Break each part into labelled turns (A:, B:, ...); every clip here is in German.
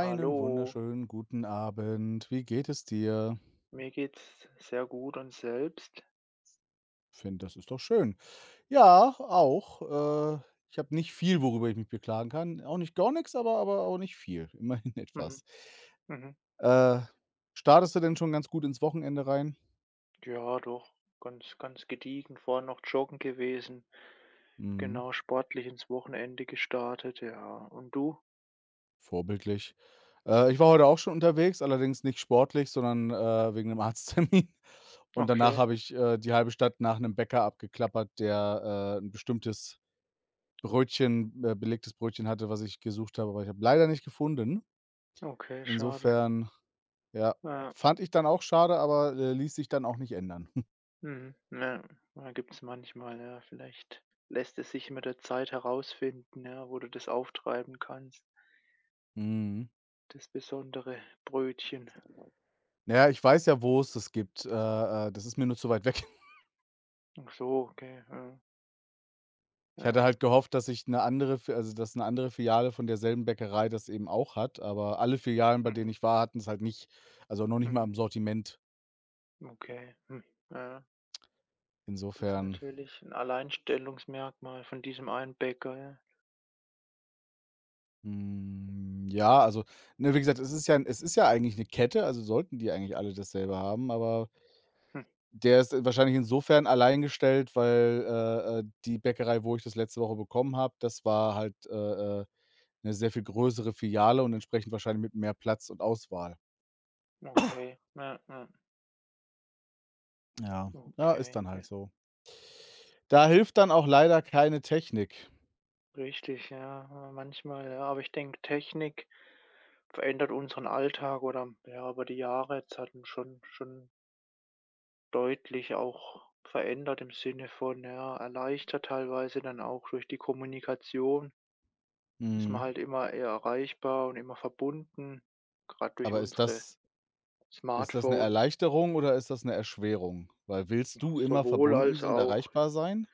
A: Hallo,
B: wunderschönen guten Abend. Wie geht es dir?
A: mir geht's sehr gut und selbst?
B: Finde, das ist doch schön. Ja, auch. Ich habe nicht viel, worüber ich mich beklagen kann. Auch nicht gar nix, aber auch nicht viel. Immerhin etwas.
A: Mhm, mhm.
B: Äh, startest du denn schon ganz gut ins Wochenende rein?
A: Ja, doch, ganz gediegen. Vorhin noch joggen gewesen.
B: Mhm,
A: Genau, sportlich ins Wochenende gestartet, ja. Und du?
B: vorbildlich. Ich war heute auch schon unterwegs, allerdings nicht sportlich, sondern, wegen einem Arzttermin. Und danach
A: Okay,
B: habe ich die halbe Stadt nach einem Bäcker abgeklappert, der 'n bestimmtes Brötchen belegtes Brötchen hatte, was ich gesucht habe, aber ich habe leider nicht gefunden.
A: okay, schade.
B: Insofern, ja,
A: Ja,
B: fand ich dann auch schade, aber ließ sich dann auch nicht ändern.
A: mhm, ja, ja, gibt's manchmal, ja. Vielleicht lässt es sich mit der Zeit herausfinden, ja, wo du das auftreiben kannst.
B: Mhm.
A: Das besondere Brötchen.
B: Na ja, ich weiß ja, wo es das gibt. Das ist mir nur zu weit weg.
A: Ach so, okay, ja,
B: Ich
A: ja,
B: hatte halt
A: ja,
B: gehofft, dass ich eine andere Fi also, dass eine andere Filiale von derselben Bäckerei das eben auch hat, aber alle Filialen, bei denen
A: mhm,
B: ich war, hatten es halt nicht. Also, noch nicht mal
A: mhm,
B: im Sortiment.
A: okay, hm, ja. Das ist
B: Insofern,
A: natürlich ein Alleinstellungsmerkmal von diesem einen Bäcker, ja.
B: hm, ja, also, ne, wie gesagt, es ist ja eigentlich eine Kette, also sollten die eigentlich alle dasselbe haben, aber
A: Hm,
B: der ist wahrscheinlich insofern alleingestellt, weil die Bäckerei, wo ich das letzte Woche bekommen habe, das war halt, äh, 'ne sehr viel größere Filiale und entsprechend wahrscheinlich mit mehr Platz und Auswahl.
A: okay. Ja, ja.
B: Ja, ja, ist
A: Okay,
B: dann
A: ja,
B: halt so. Da hilft dann auch leider keine Technik.
A: richtig, ja, manchmal, ja. Aber ich denke, Technik verändert unseren Alltag oder, ja, aber die Jahre jetzt hat ihn schon deutlich auch verändert im Sinne von, ja, erleichtert teilweise dann auch durch die Kommunikation, ist man
B: Mhm.
A: halt immer eher erreichbar und immer verbunden, gerade durch
B: Aber ist
A: unsere
B: das ist das eine
A: Smartphones,
B: Erleichterung oder ist das eine Erschwerung? Weil willst du immer
A: sowohl als
B: verbunden und
A: auch.
B: erreichbar sein?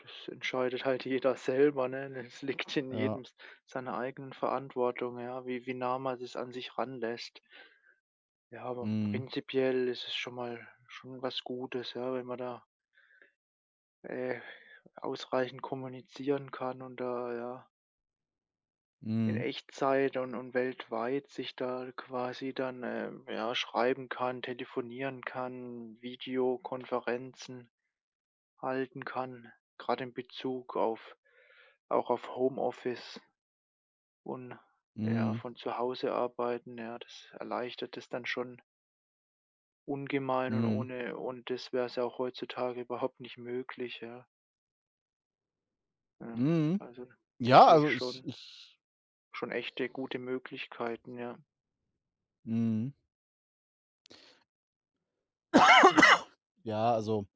A: Das entscheidet halt jeder selber, ne? Das liegt in
B: Ja.
A: jedem s seiner eigenen Verantwortung, ja, wie nah man das an sich ranlässt. Ja, aber
B: Mhm.
A: prinzipiell ist es schon mal schon was Gutes, ja, wenn man da, äh, ausreichend kommunizieren kann und da, ja, in
B: Mhm.
A: Echtzeit und weltweit sich da quasi dann, ja, schreiben kann, telefonieren kann, Videokonferenzen halten kann, gerade in Bezug auf auch auf Homeoffice. Und ja,
B: Mhm.
A: von zu Hause arbeiten, ja, das erleichtert es dann schon ungemein und
B: Mhm.
A: ohne und das wär's ja auch heutzutage überhaupt nicht möglich, ja. Ja,
B: Mhm.
A: also, da
B: Ja,
A: sehe ich
B: also ich
A: schon
B: ich
A: schon echte gute Möglichkeiten, ja.
B: mhm. Ja, also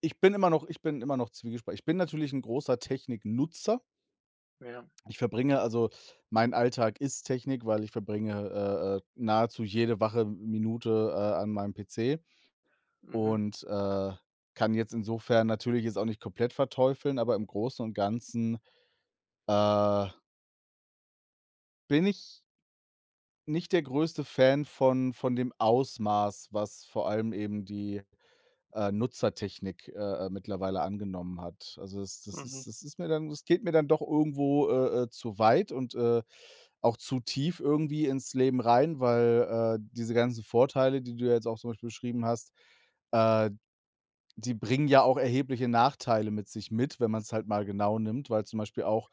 B: ich bin immer noch zwiegespalten. Ich bin natürlich 'n großer Techniknutzer.
A: Ja,
B: Ich verbringe also Mein Alltag ist Technik, weil ich verbringe, nahezu jede wache Minute, an meinem PC
A: mhm,
B: und kann jetzt insofern natürlich jetzt auch nicht komplett verteufeln, aber im Großen und Ganzen, äh, bin ich nicht der größte Fan von dem Ausmaß, was vor allem eben die Nutzertechnik, mittlerweile angenommen hat. Also,
A: mhm,
B: das geht mir dann doch irgendwo, zu weit und auch zu tief irgendwie ins Leben rein, weil, diese ganzen Vorteile, die du ja jetzt auch zum Beispiel beschrieben hast, äh die bringen ja auch erhebliche Nachteile mit sich mit, wenn man es halt mal genau nimmt, weil zum Beispiel auch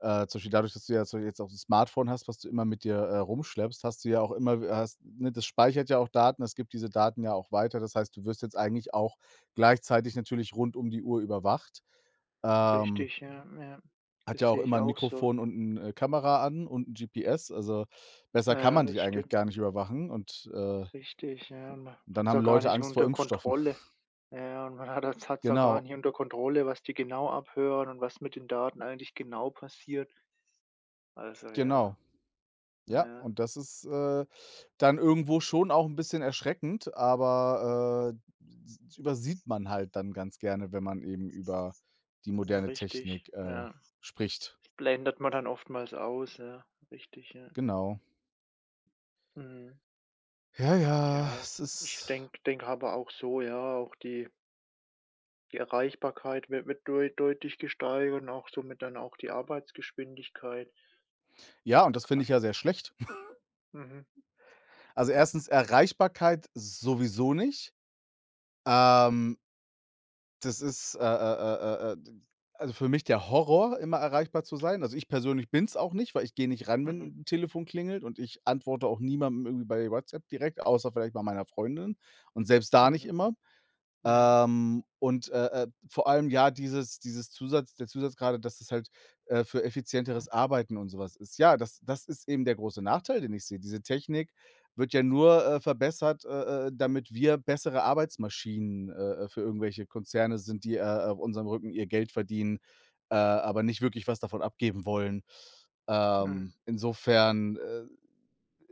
B: äh, zum Beispiel dadurch, dass du ja so jetzt auch ein Smartphone hast, was du immer mit dir rumschleppst, hast du ja auch immer hast ne, das speichert ja auch Daten, das gibt diese Daten ja auch weiter. Das heißt, du wirst jetzt eigentlich auch gleichzeitig natürlich rund um die Uhr überwacht. Ähm,
A: richtig, ja, ja.
B: hat ja
A: Das
B: auch
A: sehe
B: immer
A: ich
B: ein
A: auch so.
B: Mikrofon und 'n Kamera an und 'n GPS. Also, besser
A: Ja,
B: kann
A: ja,
B: man
A: das
B: dich eigentlich
A: stimmt,
B: gar nicht überwachen und
A: richtig, ja. Man
B: dann
A: hat's
B: haben
A: auch gar
B: Leute
A: nicht
B: Angst vor
A: unter
B: Impfstoffen.
A: Kontrolle. Ja, und man hat's auch gar
B: Genau,
A: nicht unter Kontrolle, was die genau abhören und was mit den Daten eigentlich genau passiert. Also
B: genau.
A: ja,
B: Ja,
A: ja,
B: und das ist dann irgendwo schon auch ein bisschen erschreckend, aber, s übersieht man halt dann ganz gerne, wenn man eben über die
A: ja,
B: moderne
A: richtig.
B: Technik
A: Ja,
B: spricht.
A: blendet man dann oftmals aus, ja, richtig, ja.
B: Genau.
A: Mhm.
B: Ja, ja,
A: Ja,
B: es
A: ich
B: ist
A: denke aber auch so, ja, auch die die Erreichbarkeit wird deutlich gesteigert und auch somit dann auch die Arbeitsgeschwindigkeit
B: ja, und das finde
A: grad,
B: ich ja sehr schlecht.
A: mhm,
B: Also, erstens Erreichbarkeit sowieso nicht. Ähm Das ist, d Also, für mich der Horror, immer erreichbar zu sein. Also, ich persönlich bin es auch nicht, weil ich gehe nicht ran,
A: mhm,
B: wenn ein Telefon klingelt und ich antworte auch niemandem irgendwie bei WhatsApp direkt, außer vielleicht mal meiner Freundin und selbst da nicht
A: mhm,
B: immer.
A: ja,
B: Vor allem, ja, dieses dieses Zusatz der Zusatz gerade, dass es halt für effizienteres Arbeiten und sowas ist. Ja, das das ist eben der große Nachteil, den ich sehe. Diese Technik wird ja nur verbessert, damit wir bessere Arbeitsmaschinen, für irgendwelche Konzerne sind, die auf unserem Rücken ihr Geld verdienen, aber nicht wirklich was davon abgeben wollen.
A: mhm.
B: Insofern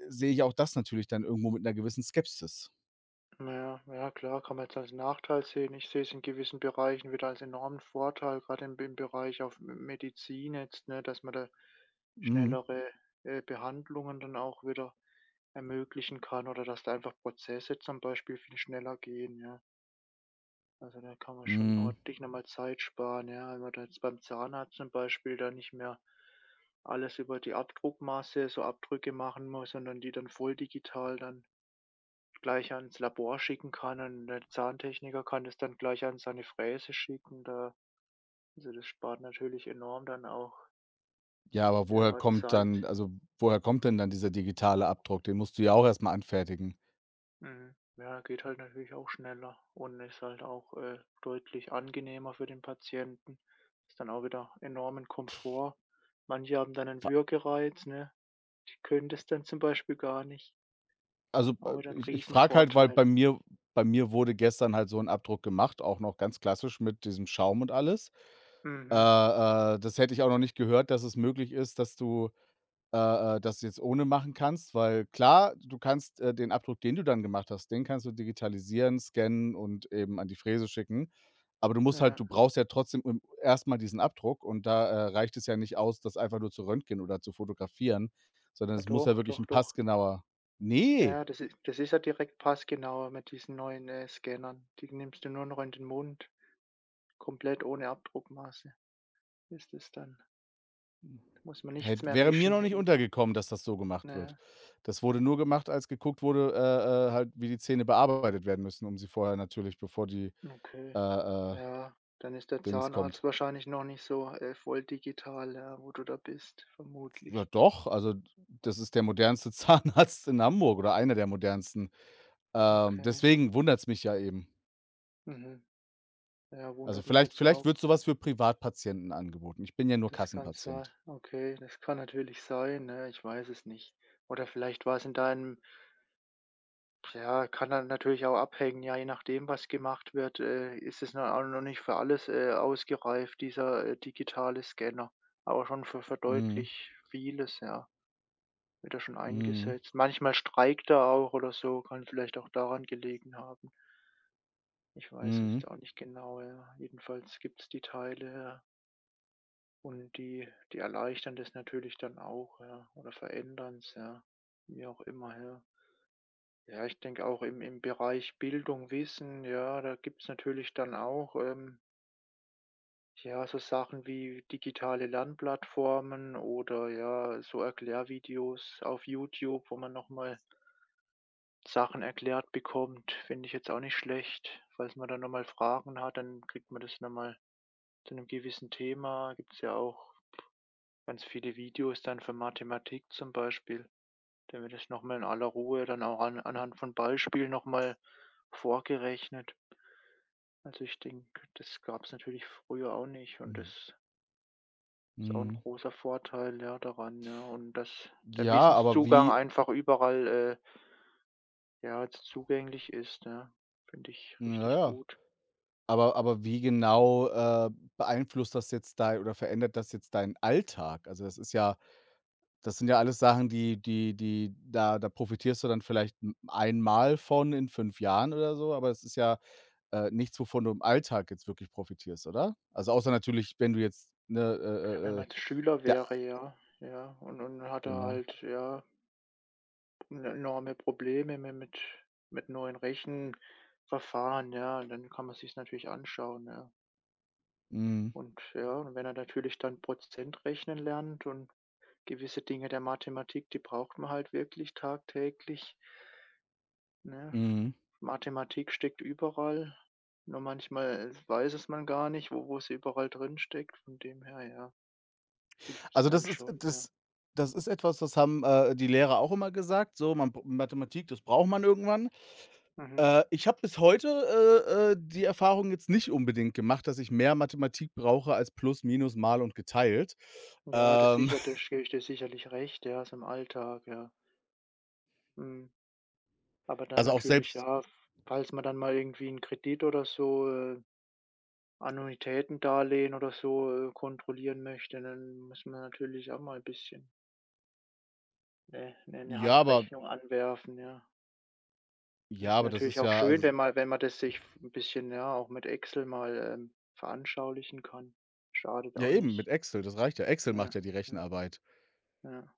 B: sehe ich auch das natürlich dann irgendwo mit einer gewissen Skepsis.
A: Ja, ja, klar, kann man jetzt als Nachteil sehen. Ich sehe es in gewissen Bereichen wieder als enormen Vorteil, gerade im Bereich auf Medizin jetzt, ne, dass man da
B: Mhm.
A: schnellere Behandlungen dann auch wieder ermöglichen kann oder dass da einfach Prozesse zum Beispiel viel schneller gehen, ja. Also da kann man schon
B: Mhm.
A: ordentlich nochmal Zeit sparen, ja. Wenn man da jetzt beim Zahnarzt zum Beispiel da nicht mehr alles über die Abdruckmasse, so Abdrücke machen muss, sondern die dann voll digital dann gleich ans Labor schicken kann und der Zahntechniker kann das dann gleich an seine Fräse schicken, da also, das spart natürlich enorm dann auch,
B: Ja, aber woher
A: ja,
B: kommt dann
A: Zeit.
B: also, woher kommt denn dann dieser digitale Abdruck? Den musst du ja auch erstmal anfertigen.
A: Mhm. Ja, geht halt natürlich auch schneller und ist halt auch, deutlich angenehmer für den Patienten. Ist dann auch wieder enormen Komfort. Manche haben dann einen
B: Wa
A: Würgereiz, ne? Die können das dann zum Beispiel gar nicht.
B: also,
A: Auch wieder 'n
B: ich ich frage halt, weil
A: Riesenvorteil.
B: bei mir wurde gestern halt so ein Abdruck gemacht, auch noch ganz klassisch mit diesem Schaum und alles. Äh,
A: Mhm.
B: äh, das hätte ich auch noch nicht gehört, dass es möglich ist, dass du das jetzt ohne machen kannst, weil klar, den Abdruck, den du dann gemacht hast, den kannst du digitalisieren, scannen und eben an die Fräse schicken. Aber du musst halt
A: Ja.
B: du brauchst ja trotzdem im erst diesen Abdruck und da reicht es ja nicht aus, das einfach nur zu röntgen oder zu fotografieren, sondern
A: Ja,
B: es muss ja
A: doch,
B: wirklich
A: doch,
B: ein
A: doch.
B: passgenauer Nee,
A: Ja, das ist ja direkt passgenauer mit diesen neuen, Scannern. Die nimmst du nur noch in den Mund, komplett ohne Abdruckmaße ist es dann. Da muss man nichts
B: hätt
A: mehr
B: wäre mir
A: mischen
B: noch nicht
A: in,
B: untergekommen, dass das so gemacht wird.
A: ne,
B: Das wurde nur gemacht, als geguckt wurde, halt, wie die Zähne bearbeitet werden müssen, um sie vorher natürlich bevor die,
A: okay.
B: äh, äh,
A: Ja, dann ist der
B: Dings
A: Zahnarzt
B: kommt.
A: wahrscheinlich noch nicht so, voll digital, ja, wo du da bist,
B: Ja
A: vermutlich.
B: doch, also das ist der modernste Zahnarzt in Hamburg oder einer der modernsten.
A: Okay.
B: Deswegen wundert es mich ja eben.
A: Mhm. Ja,
B: Also
A: wundert mich
B: vielleicht
A: jetzt
B: vielleicht
A: auch.
B: wird sowas für Privatpatienten angeboten. Ich bin ja nur
A: Das kann sein.
B: Kassenpatient.
A: Okay, das kann natürlich sein, ne? Ich weiß es nicht. Oder vielleicht war es in deinem. Ja, kann dann natürlich auch abhängen, ja, je nachdem, was gemacht wird, ist es noch auch noch nicht für alles, ausgereift, dieser, digitale Scanner, aber schon für
B: Mhm.
A: deutlich vieles, ja, wird er schon
B: Mhm.
A: eingesetzt. Manchmal streikt er auch oder so, kann vielleicht auch daran gelegen haben. Ich weiß es
B: Mhm.
A: jetzt auch nicht genau, ja. Jedenfalls gibt es die Teile, ja, und die die erleichtern das natürlich dann auch, ja, oder verändern's, ja, wie auch immer, ja. Ja, ich denke auch im im Bereich Bildung, Wissen, ja, da gibt's natürlich dann auch, ja, so Sachen wie digitale Lernplattformen oder ja, so Erklärvideos auf YouTube, wo man noch mal Sachen erklärt bekommt. Finde ich jetzt auch nicht schlecht, falls man dann noch mal Fragen hat, dann kriegt man das noch mal zu einem gewissen Thema. Gibt's ja auch ganz viele Videos dann für Mathematik zum Beispiel, da wird das noch mal in aller Ruhe dann auch an anhand von Beispielen noch mal vorgerechnet. Also, ich denke, das gab es natürlich früher auch nicht und
B: Mhm.
A: das ist auch ein
B: Mhm.
A: großer Vorteil, ja, daran, ne? Und dass der
B: Ja, aber
A: Wissenszugang
B: wie
A: einfach überall, äh, ja, jetzt zugänglich ist, ne? Finde ich
B: Na
A: richtig
B: ja.
A: gut.
B: Aber wie genau beeinflusst das jetzt dein oder verändert das jetzt deinen Alltag? Also, das sind ja alles Sachen, die die die da da profitierst du dann vielleicht m einmal von in 5 Jahren oder so, aber es ist ja nichts, wovon du im Alltag jetzt wirklich profitierst, oder? Also, außer natürlich, wenn du jetzt, ne,
A: Ja, wenn man jetzt Schüler
B: ja,
A: wäre, ja, ja, und hat er
B: genau.
A: halt, ja, en enorme Probleme mi mit neuen Rechenverfahren, ja, und dann kann man sich's natürlich anschauen, ja.
B: Mhm,
A: Und ja, und wenn er natürlich dann Prozent rechnen lernt und gewisse Dinge der Mathematik, die braucht man halt wirklich tagtäglich, ne?
B: mhm.
A: Mathematik steckt überall, nur manchmal weiß es man gar nicht, wo wo sie überall drin steckt. Von dem her, ja, hilft es
B: Also,
A: dann schon, ja.
B: das ist etwas, das haben, die Lehrer auch immer gesagt, so man b Mathematik, das braucht man irgendwann.
A: Mhm.
B: Ich habe bis heute, die Erfahrung jetzt nicht unbedingt gemacht, dass ich mehr Mathematik brauche als plus, minus, mal und geteilt.
A: Ja, das
B: Ähm,
A: sicherlich gebe ich dir sicherlich recht, ja, so im Alltag, ja. Mhm. Aber dann
B: also, auch
A: natürlich,
B: selbst
A: ja, falls man dann mal irgendwie einen Kredit oder so, Annuitätendarlehen oder so, kontrollieren möchte, dann muss man natürlich auch mal ein bisschen 'ne
B: ja, aber
A: Handrechnung anwerfen, ja.
B: ja,
A: Ist
B: aber das
A: natürlich
B: ist
A: auch
B: ja
A: schön,
B: also,
A: wenn man das sich f 'n bisschen, ja, auch mit Excel mal, veranschaulichen kann. Schadet
B: ja
A: auch
B: eben, mit
A: nicht.
B: Excel, das reicht ja. Excel macht
A: Ja,
B: ja die
A: ja,
B: Rechenarbeit.
A: ja.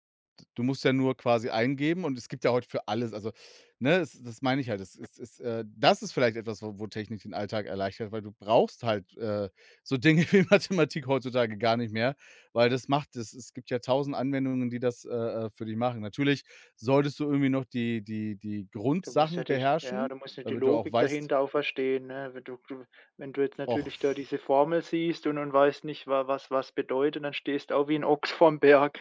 B: Du musst ja nur quasi eingeben und es gibt ja heute für alles also, ne, es das meine ich halt. Das ist vielleicht etwas, wo wo Technik den Alltag erleichtert, weil du brauchst halt so Dinge wie Mathematik heutzutage gar nicht mehr, weil das macht es es gibt ja tausend Anwendungen, die das für dich machen. Natürlich solltest du irgendwie noch die
A: Du musst ja
B: Grundsachen beherrschen,
A: du musst ja die
B: damit du auch
A: Logik
B: weißt
A: dahinter auch verstehen, ne? Wenn du du wenn du jetzt
B: och,
A: natürlich da diese Formel siehst und weißt nicht, wa was was bedeutet, dann stehst du auch wie ein Ochs vorm Berg.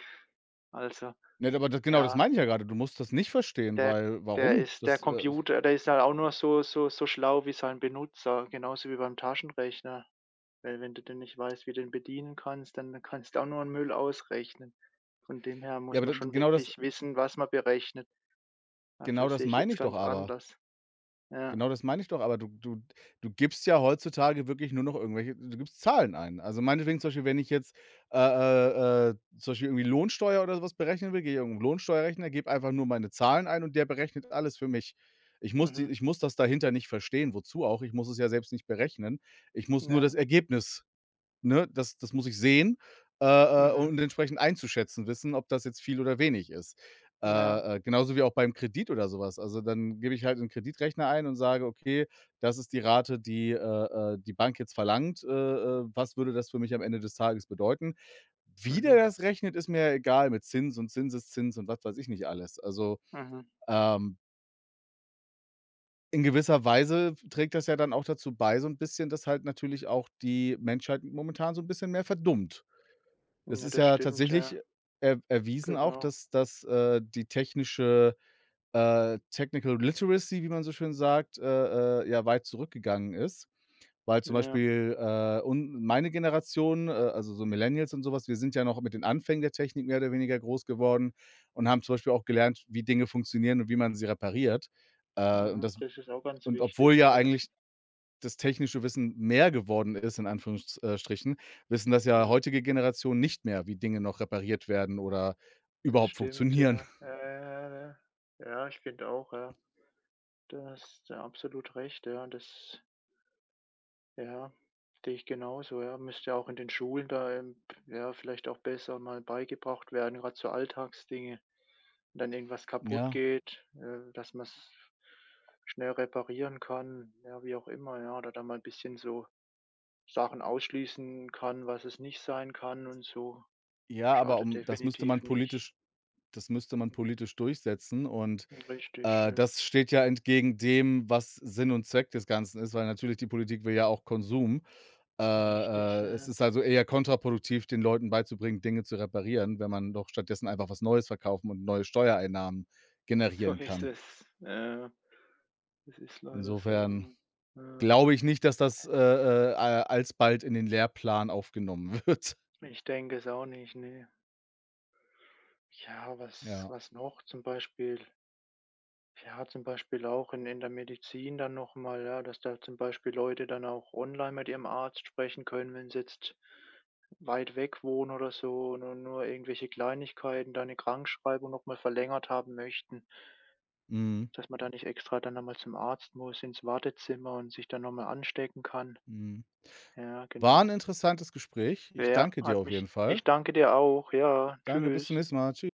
A: Also,
B: ne, aber das
A: ja,
B: meine ich ja gerade. Du musst das nicht verstehen,
A: der
B: weil
A: der
B: warum?
A: ist der Computer, der ist halt auch nur so schlau wie sein Benutzer, genauso wie beim Taschenrechner. Weil wenn du denn nicht weißt, wie du den bedienen kannst, dann kannst du auch nur einen Müll ausrechnen. Von dem her
B: Ja,
A: muss man
B: aber d
A: schon
B: genau das
A: wirklich wissen, was man berechnet. Also, das sehe ich
B: meine
A: jetzt
B: ich doch
A: ganz
B: aber.
A: anders. Ja,
B: Genau das meine ich doch, aber du gibst ja heutzutage wirklich nur noch irgendwelche du gibst Zahlen ein. Also, meinetwegen zum Beispiel, wenn ich jetzt, zum Beispiel irgendwie Lohnsteuer oder sowas berechnen will, gehe ich auf Lohnsteuerrechner, gebe einfach nur meine Zahlen ein und der berechnet alles für mich. Ich muss die
A: mhm,
B: ich muss das dahinter nicht verstehen, wozu auch? Ich muss es ja selbst nicht berechnen. Ich muss nur das
A: ja,
B: Ergebnis Ne, das muss ich sehen,
A: mhm,
B: und entsprechend einzuschätzen wissen, ob das jetzt viel oder wenig ist.
A: ja,
B: Genauso wie auch beim Kredit oder sowas. Also, dann gebe ich halt einen Kreditrechner ein und sage: „Okay, das ist die Rate, die Bank jetzt verlangt. Was würde das für mich am Ende des Tages bedeuten?“ Wie der
A: mhm,
B: das rechnet, ist mir ja egal mit Zins und Zinseszins und was weiß ich nicht alles. Also,
A: mhm.
B: ähm, in gewisser Weise trägt das ja dann auch dazu bei so ein bisschen, dass halt natürlich auch die Menschheit momentan so ein bisschen mehr verdummt. Es
A: Ja,
B: ist
A: das
B: ja
A: stimmt,
B: tatsächlich
A: ja,
B: er erwiesen auch,
A: genau.
B: dass die technische Technical Literacy, wie man so schön sagt, ja weit zurückgegangen ist, weil zum
A: Ja,
B: Beispiel, un meine Generation, also so Millennials und so was, wir sind ja noch mit den Anfängen der Technik mehr oder weniger groß geworden und haben zum Beispiel auch gelernt, wie Dinge funktionieren und wie man sie repariert. Äh, und
A: mhm,
B: das
A: das ist auch ganz
B: und obwohl
A: wichtig,
B: ja eigentlich das technische Wissen mehr geworden ist in Anführungsstrichen wissen das ja
A: ja,
B: heutige Generationen nicht mehr, wie Dinge noch repariert werden oder
A: das
B: überhaupt
A: stimmt,
B: funktionieren.
A: ja. Ja, ja, ja, ja. Ja, ich finde auch, ja. Da hast du absolut recht, ja, das. Ja, sehe ich genauso, ja. Müsste ja auch in den Schulen da, ja, vielleicht auch besser mal beigebracht werden, gerade so Alltagsdinge. Wenn dann irgendwas kaputt
B: Ja.
A: geht, dass man es schnell reparieren kann, ja, wie auch immer, ja, oder da mal ein bisschen so Sachen ausschließen kann, was es nicht sein kann und so.
B: Ja, aber
A: Schadet
B: um das müsste man
A: definitiv nicht.
B: politisch das müsste man politisch durchsetzen und,
A: Richtig, ja.
B: das steht ja entgegen dem, was Sinn und Zweck des Ganzen ist, weil natürlich die Politik will ja auch Konsum. Äh,
A: Richtig,
B: äh, es
A: ja.
B: ist also eher kontraproduktiv, den Leuten beizubringen, Dinge zu reparieren, wenn man doch stattdessen einfach was Neues verkaufen und neue Steuereinnahmen
A: So
B: generieren
A: ist
B: kann.
A: es. Ja, es ist leider so,
B: Insofern
A: ja.
B: glaube ich nicht, dass das, a alsbald in den Lehrplan aufgenommen wird.
A: Ja, ich denke es auch nicht, ne. Ja, was
B: Ja.
A: was noch zum Beispiel ja, zum Beispiel auch in der Medizin dann noch mal, ja, dass da zum Beispiel Leute dann auch online mit ihrem Arzt sprechen können, wenn sie jetzt weit weg wohnen oder so und nur irgendwelche Kleinigkeiten, da eine Krankschreibung noch mal verlängert haben möchten,
B: Mhm.
A: dass man da nicht extra dann noch mal zum Arzt muss, ins Wartezimmer und sich dann noch mal anstecken kann.
B: Mhm.
A: Ja,
B: War ein
A: genau.
B: interessantes Gespräch. Ich
A: Ja,
B: danke dir
A: hat
B: auf jeden
A: mich
B: Fall.
A: ich danke dir auch. Ja,
B: Danke, bis zum
A: tschüss.
B: nächsten Mal. Tschü